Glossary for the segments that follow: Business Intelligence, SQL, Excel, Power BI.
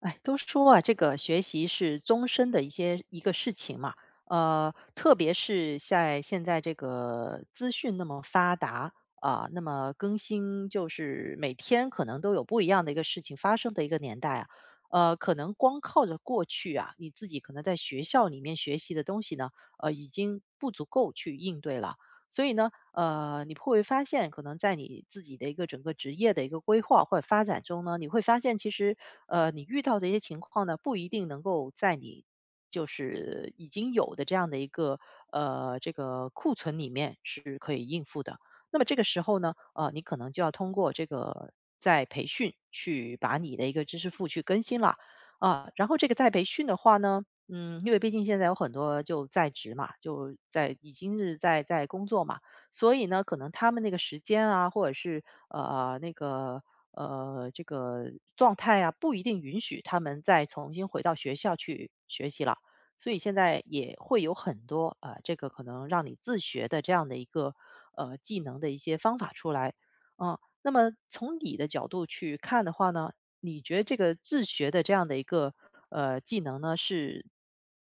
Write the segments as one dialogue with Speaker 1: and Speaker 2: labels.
Speaker 1: 哎，都说啊，这个学习是终身的一些一个事情嘛，特别是在现在这个资讯那么发达啊，那么更新就是每天可能都有不一样的一个事情发生的一个年代啊，可能光靠着过去啊，你自己可能在学校里面学习的东西呢，已经不足够去应对了。所以呢，你会发现可能在你自己的一个整个职业的一个规划或者发展中呢，你会发现其实，你遇到的一些情况呢，不一定能够在你就是已经有的这样的一个这个库存里面是可以应付的。那么这个时候呢，你可能就要通过这个在培训去把你的一个知识库去更新了啊、然后这个在培训的话呢，嗯，因为毕竟现在有很多就在职嘛，就已经是在工作嘛，所以呢，可能他们那个时间啊，或者是呃那个呃这个状态啊，不一定允许他们再重新回到学校去学习了。所以现在也会有很多啊、这个可能让你自学的这样的一个技能的一些方法出来啊、那么从你的角度去看的话呢，你觉得这个自学的这样的一个技能呢，是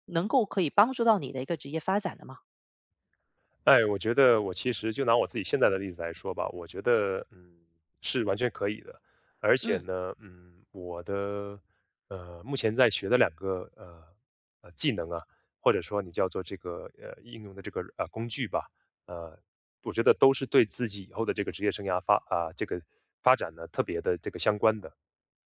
Speaker 1: 能够可以帮助到你的一个职业发展的吗？
Speaker 2: 哎，我觉得我其实就拿我自己现在的例子来说吧，我觉得是完全可以的，而且
Speaker 1: 嗯，
Speaker 2: 呢，我的目前在学的两个技能啊，或者说你叫做这个应用的这个工具吧，呃，我觉得都是对自己以后的这个职业生涯这个发展呢特别的这个相关的。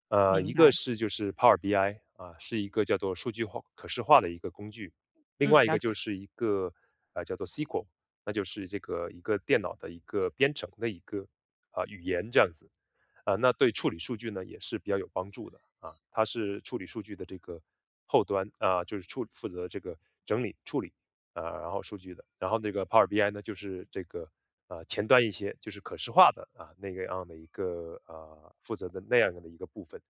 Speaker 1: 明
Speaker 2: 一个
Speaker 1: 白。
Speaker 2: 是就是 Power BI 啊，是一个叫做数据化可视化的一个工具，另
Speaker 1: 嗯，
Speaker 2: 外一
Speaker 1: 了
Speaker 2: 个
Speaker 1: 解。
Speaker 2: 就是一个叫做 SQL,那就是这个一个电脑的一个编程的一个语言这样子那对处理数据呢也是比较有帮助的啊，它是处理数据的这个后端就是处负责这个整理处理。然后数据的。然后那个 Power BI 呢，就是这个前端一些，就是可视化的啊那个样的一个负责的那样的一个部分。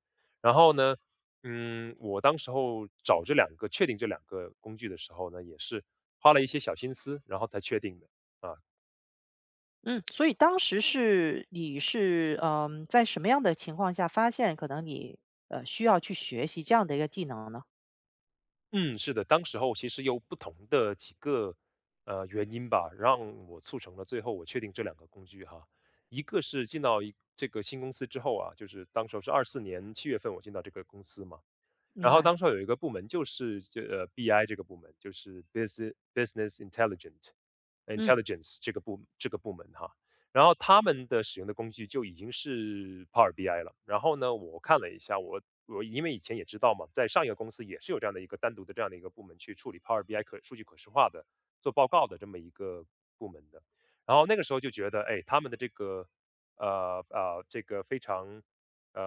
Speaker 2: 然后呢，我当时候找这两个确定这两个工具的时候呢，也是花了一些小心思，然后才确定的啊。
Speaker 1: 嗯，所以当时是你是，嗯，在什么样的情况下发现可能你，需要去学习这样的一个技能呢？
Speaker 2: 嗯，是的，当时候其实有不同的几个原因吧，让我促成了最后我确定这两个工具哈。一个是进到一这个新公司之后啊，就是当时候是24年7月份我进到这个公司嘛，然
Speaker 1: 明
Speaker 2: 后
Speaker 1: 白。
Speaker 2: 当时有一个部门就是这 BI 这个部门，就是 Business Intelligent
Speaker 1: 嗯，
Speaker 2: Intelligence 这个部门哈，然后他们的使用的工具就已经是 Power BI 了。然后呢，我看了一下，我因为以前也知道嘛，在上一个公司也是有这样的一个单独的这样的一个部门去处理 Power BI 可数据可视化的做报告的这么一个部门的。然后那个时候就觉得，哎，他们的这个这个非常呃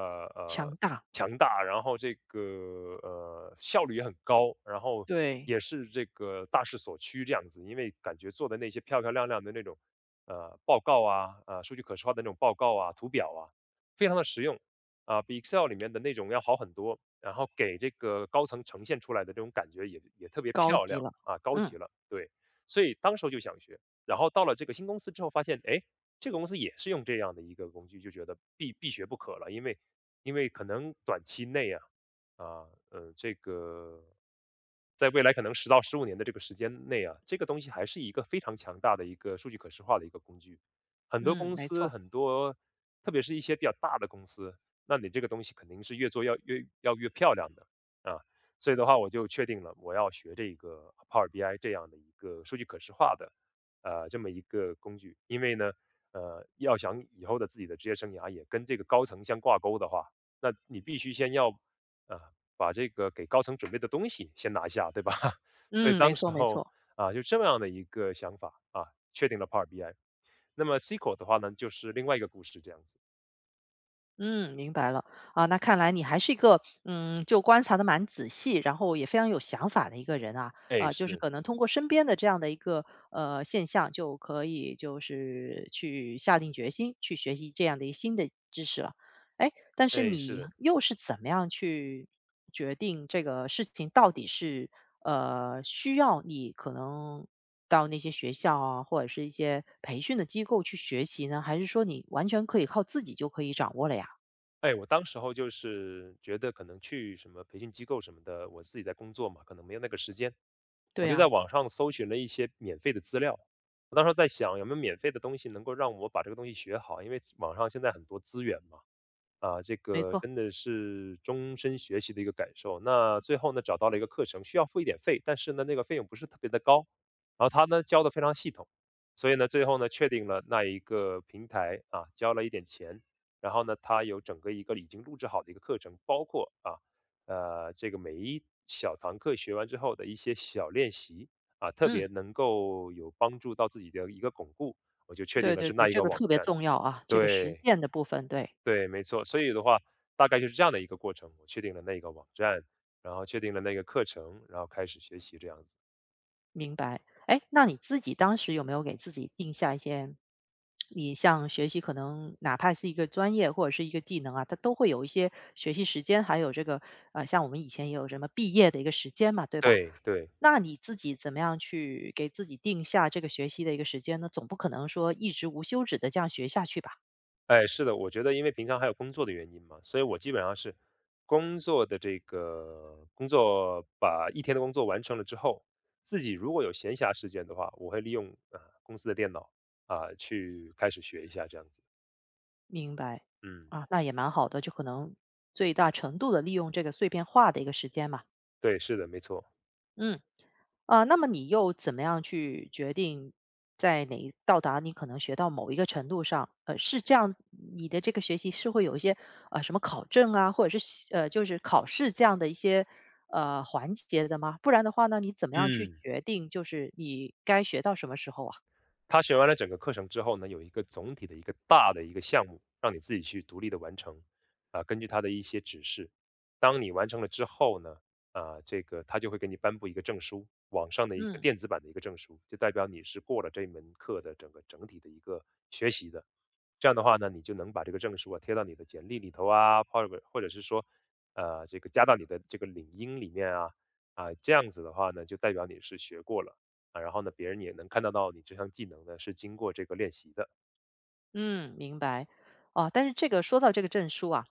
Speaker 1: 强
Speaker 2: 呃
Speaker 1: 大，
Speaker 2: 强大，然后这个效率也很高，然后
Speaker 1: 对，
Speaker 2: 也是这个大势所趋这样子，因为感觉做的那些漂漂亮亮的那种报告啊，数据可视化的那种报告啊、图表啊，非常的实用比 Excel 里面的那种要好很多，然后给这个高层呈现出来的这种感觉也特别
Speaker 1: 高
Speaker 2: 漂
Speaker 1: 级
Speaker 2: 亮
Speaker 1: 了。
Speaker 2: 啊，高
Speaker 1: 嗯。
Speaker 2: 级了，对，所以当时候就想学，然后到了这个新公司之后发现，哎。这个公司也是用这样的一个工具，就觉得必学不可了，因为可能短期内啊，这个在未来可能10到15年的这个时间内啊，这个东西还是一个非常强大的一个数据可视化的一个工具。很多
Speaker 1: 嗯，
Speaker 2: 公
Speaker 1: 没
Speaker 2: 司，
Speaker 1: 错，
Speaker 2: 很多特别是一些比较大的公司，那你这个东西肯定是越做要越要越漂亮的啊。所以的话，我就确定了我要学这个 Power BI 这样的一个数据可视化的这么一个工具，因为呢，要想以后的自己的职业生涯也跟这个高层相挂钩的话，那你必须先要，呃，把这个给高层准备的东西先拿下，对吧？所以
Speaker 1: 嗯，没
Speaker 2: 当
Speaker 1: 错
Speaker 2: 时
Speaker 1: 没
Speaker 2: 候
Speaker 1: 错。
Speaker 2: 啊，就这么样的一个想法啊，确定了 Power BI。那么 SQL 的话呢，就是另外一个故事这样子。
Speaker 1: 嗯，明白了啊，那看来你还是一个嗯，就观察的蛮仔细，然后也非常有想法的一个人啊，
Speaker 2: 哎，
Speaker 1: 啊，就是
Speaker 2: 是，
Speaker 1: 可能通过身边的这样的一个现象，就可以就是去下定决心去学习这样的一个新的知识了。哎，但是
Speaker 2: 哎，是
Speaker 1: 你
Speaker 2: 的，
Speaker 1: 又是怎么样去决定这个事情到底是需要你可能到那些学校啊，或者是一些培训的机构去学习呢，还是说你完全可以靠自己就可以掌握了呀？
Speaker 2: 哎，我当时候就是觉得可能去什么培训机构什么的，我自己在工作嘛，可能没有那个时间，
Speaker 1: 对
Speaker 2: 我就在
Speaker 1: 呀，
Speaker 2: 网上搜寻了一些免费的资料。我当时在想有没有免费的东西能够让我把这个东西学好，因为网上现在很多资源嘛。啊，这
Speaker 1: 没
Speaker 2: 个
Speaker 1: 错，
Speaker 2: 真的是终身学习的一个感受。那最后呢，找到了一个课程，需要付一点费，但是呢，那个费用不是特别的高。然后他呢教的非常系统，所以呢，最后呢确定了那一个平台啊，交了一点钱，然后呢，他有整个一个已经录制好的一个课程，包括啊，这个每一小堂课学完之后的一些小练习啊，特
Speaker 1: 嗯，
Speaker 2: 别能够有帮助到自己的一个巩固，我就确定
Speaker 1: 对
Speaker 2: 了
Speaker 1: 对
Speaker 2: 是
Speaker 1: 对，
Speaker 2: 那一
Speaker 1: 这
Speaker 2: 个
Speaker 1: 个
Speaker 2: 网
Speaker 1: 特别
Speaker 2: 站。
Speaker 1: 重要啊，这个实
Speaker 2: 对。
Speaker 1: 践的部分，对，
Speaker 2: 对，没错。所以的话，大概就是这样的一个过程。我确定了那个网站，然后确定了那个课程，然后开始学习这样子。
Speaker 1: 明白。哎，那你自己当时有没有给自己定下一些，你像学习可能哪怕是一个专业或者是一个技能啊，它都会有一些学习时间，还有这个像我们以前也有什么毕业的一个时间嘛，对吧？
Speaker 2: 对对，
Speaker 1: 那你自己怎么样去给自己定下这个学习的一个时间呢？总不可能说一直无休止的这样学下去吧？
Speaker 2: 哎，是的，我觉得因为平常还有工作的原因嘛，所以我基本上是工作的这个工作把一天的工作完成了之后，自己如果有闲暇时间的话，我会利用公司的电脑去开始学一下这样子。
Speaker 1: 明白，
Speaker 2: 嗯，
Speaker 1: 啊，那也蛮好的，就可能最大程度的利用这个碎片化的一个时间嘛。
Speaker 2: 对，是的，没错。
Speaker 1: 嗯，啊，那么你又怎么样去决定在哪一到达你可能学到某一个程度上？是这样，你的这个学习是会有一些什么考证啊，或者是就是考试这样的一些环节的吗？不然的话呢，你怎么样去
Speaker 2: 嗯。
Speaker 1: 决定就是你该学到什么时候啊？
Speaker 2: 他学完了整个课程之后呢，有一个总体的一个大的一个项目，让你自己去独立的完成，啊，根据他的一些指示，当你完成了之后呢，啊，这个他就会给你颁布一个证书，网上的一个
Speaker 1: 嗯
Speaker 2: 电子版的一个证书，就代表你是过了这门课的整个整体的一个学习的。这样的话呢，你就能把这个证书啊贴到你的简历里头啊，或者是说，这个加到你的这个领英里面啊，啊，这样子的话呢，就代表你是学过了。啊，然后呢，别人也能看得到你这项技能呢是经过这个练习的。
Speaker 1: 嗯，明白。啊，但是这个说到这个证书啊。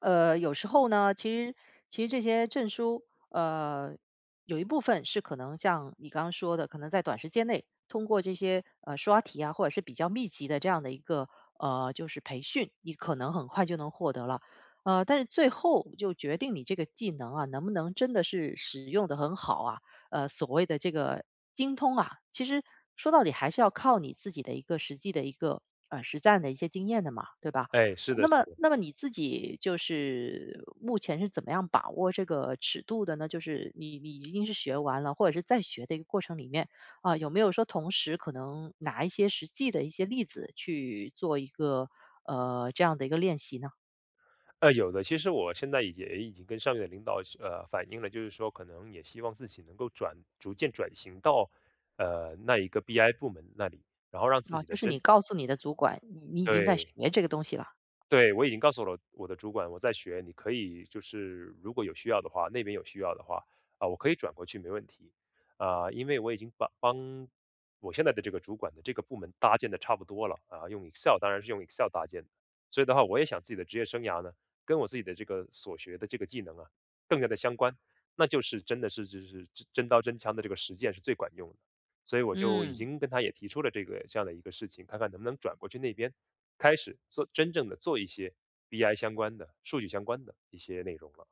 Speaker 1: 有时候呢，其实这些证书，呃，有一部分是可能像你刚刚说的，可能在短时间内通过这些刷题啊，或者是比较密集的这样的一个就是培训，你可能很快就能获得了。但是最后就决定你这个技能啊，能不能真的是使用的很好啊？所谓的这个精通啊，其实说到底还是要靠你自己的一个实际的一个实战的一些经验的嘛，对吧？
Speaker 2: 哎，是的，
Speaker 1: 那
Speaker 2: 是
Speaker 1: 么
Speaker 2: 的，
Speaker 1: 那么你自己就是目前是怎么样把握这个尺度的呢？就是你已经是学完了，或者是在学的一个过程里面啊，有没有说同时可能拿一些实际的一些例子去做一个这样的一个练习呢？
Speaker 2: 有的，其实我现在也已经跟上面的领导反映了，就是说可能也希望自己能够逐渐转型到那一个 BI 部门那里，然后让自
Speaker 1: 啊，
Speaker 2: 己
Speaker 1: 就
Speaker 2: 的
Speaker 1: 是你
Speaker 2: 针
Speaker 1: 告诉你的主管，你已经在学
Speaker 2: 对
Speaker 1: 这个东西了。
Speaker 2: 对，我已经告诉了我的主管，我在学，你可以就是如果有需要的话，那边有需要的话，啊，我可以转过去没问题，啊，因为我已经把我现在的这个主管的这个部门搭建的差不多了，啊，用 Excel 当然是用 Excel 搭建的，所以的话，我也想自己的职业生涯呢，跟我自己的这个所学的这个技能啊，更加的相关，那就是真真刀真枪的这个实践是最管用的，所以我就已
Speaker 1: 嗯，
Speaker 2: 经跟他也提出了这个这样的一个事情，看看能不能转过去那边。开始做真正的做一些 BI 相关的、数据相关的一些内容了。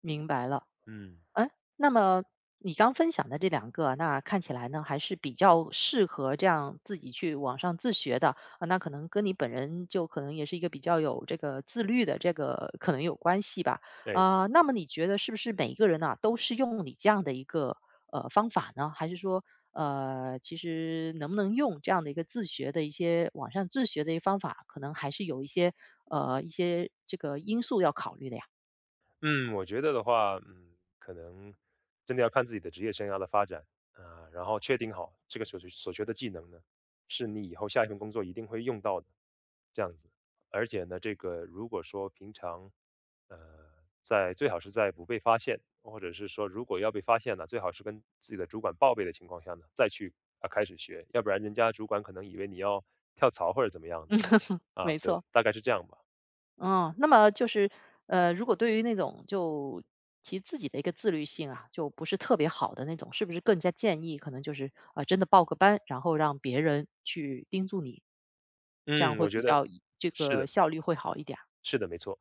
Speaker 1: 明白了。
Speaker 2: 嗯，
Speaker 1: 哎，那么你刚分享的这两个，那看起来呢还是比较适合这样自己去网上自学的啊。那可能跟你本人就可能也是一个比较有这个自律的这个可能有关系吧。
Speaker 2: 哎。
Speaker 1: 啊、那么你觉得是不是每一个人呢、都是用你这样的一个方法呢？还是说其实能不能用这样的一个自学的一些网上自学的一些方法，可能还是有一些一些这个因素要考虑的呀？
Speaker 2: 嗯，我觉得的话，可能真的要看自己的职业生涯的发展啊，然后确定好这个所学的技能呢，是你以后下一份工作一定会用到的，这样子。而且呢，这个如果说平常，呃，在最好是在不被发现，或者是说如果要被发现了，最好是跟自己的主管报备的情况下呢，再去啊开始学，要不然人家主管可能以为你要跳槽或者怎么样的啊，
Speaker 1: 没
Speaker 2: 对，
Speaker 1: 错，
Speaker 2: 大概是这样吧。
Speaker 1: 嗯，那么就是，如果对于那种就其自己的一个自律性啊，就不是特别好的那种，是不是更加建议可能就是啊、真的报个班，然后让别人去盯住你，这样
Speaker 2: 嗯，
Speaker 1: 会
Speaker 2: 我
Speaker 1: 比
Speaker 2: 觉得
Speaker 1: 较这
Speaker 2: 是
Speaker 1: 个
Speaker 2: 的，
Speaker 1: 效率会好一点儿。
Speaker 2: 是的，没错。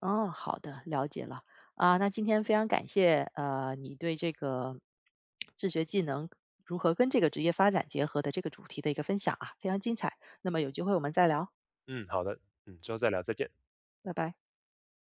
Speaker 1: 哦，好的，了解了啊、那今天非常感谢你对这个自学技能如何跟这个职业发展结合的这个主题的一个分享啊，非常精彩。那么有机会我们再聊，
Speaker 2: 嗯，好的，嗯，之后再聊，再见。
Speaker 1: 拜拜。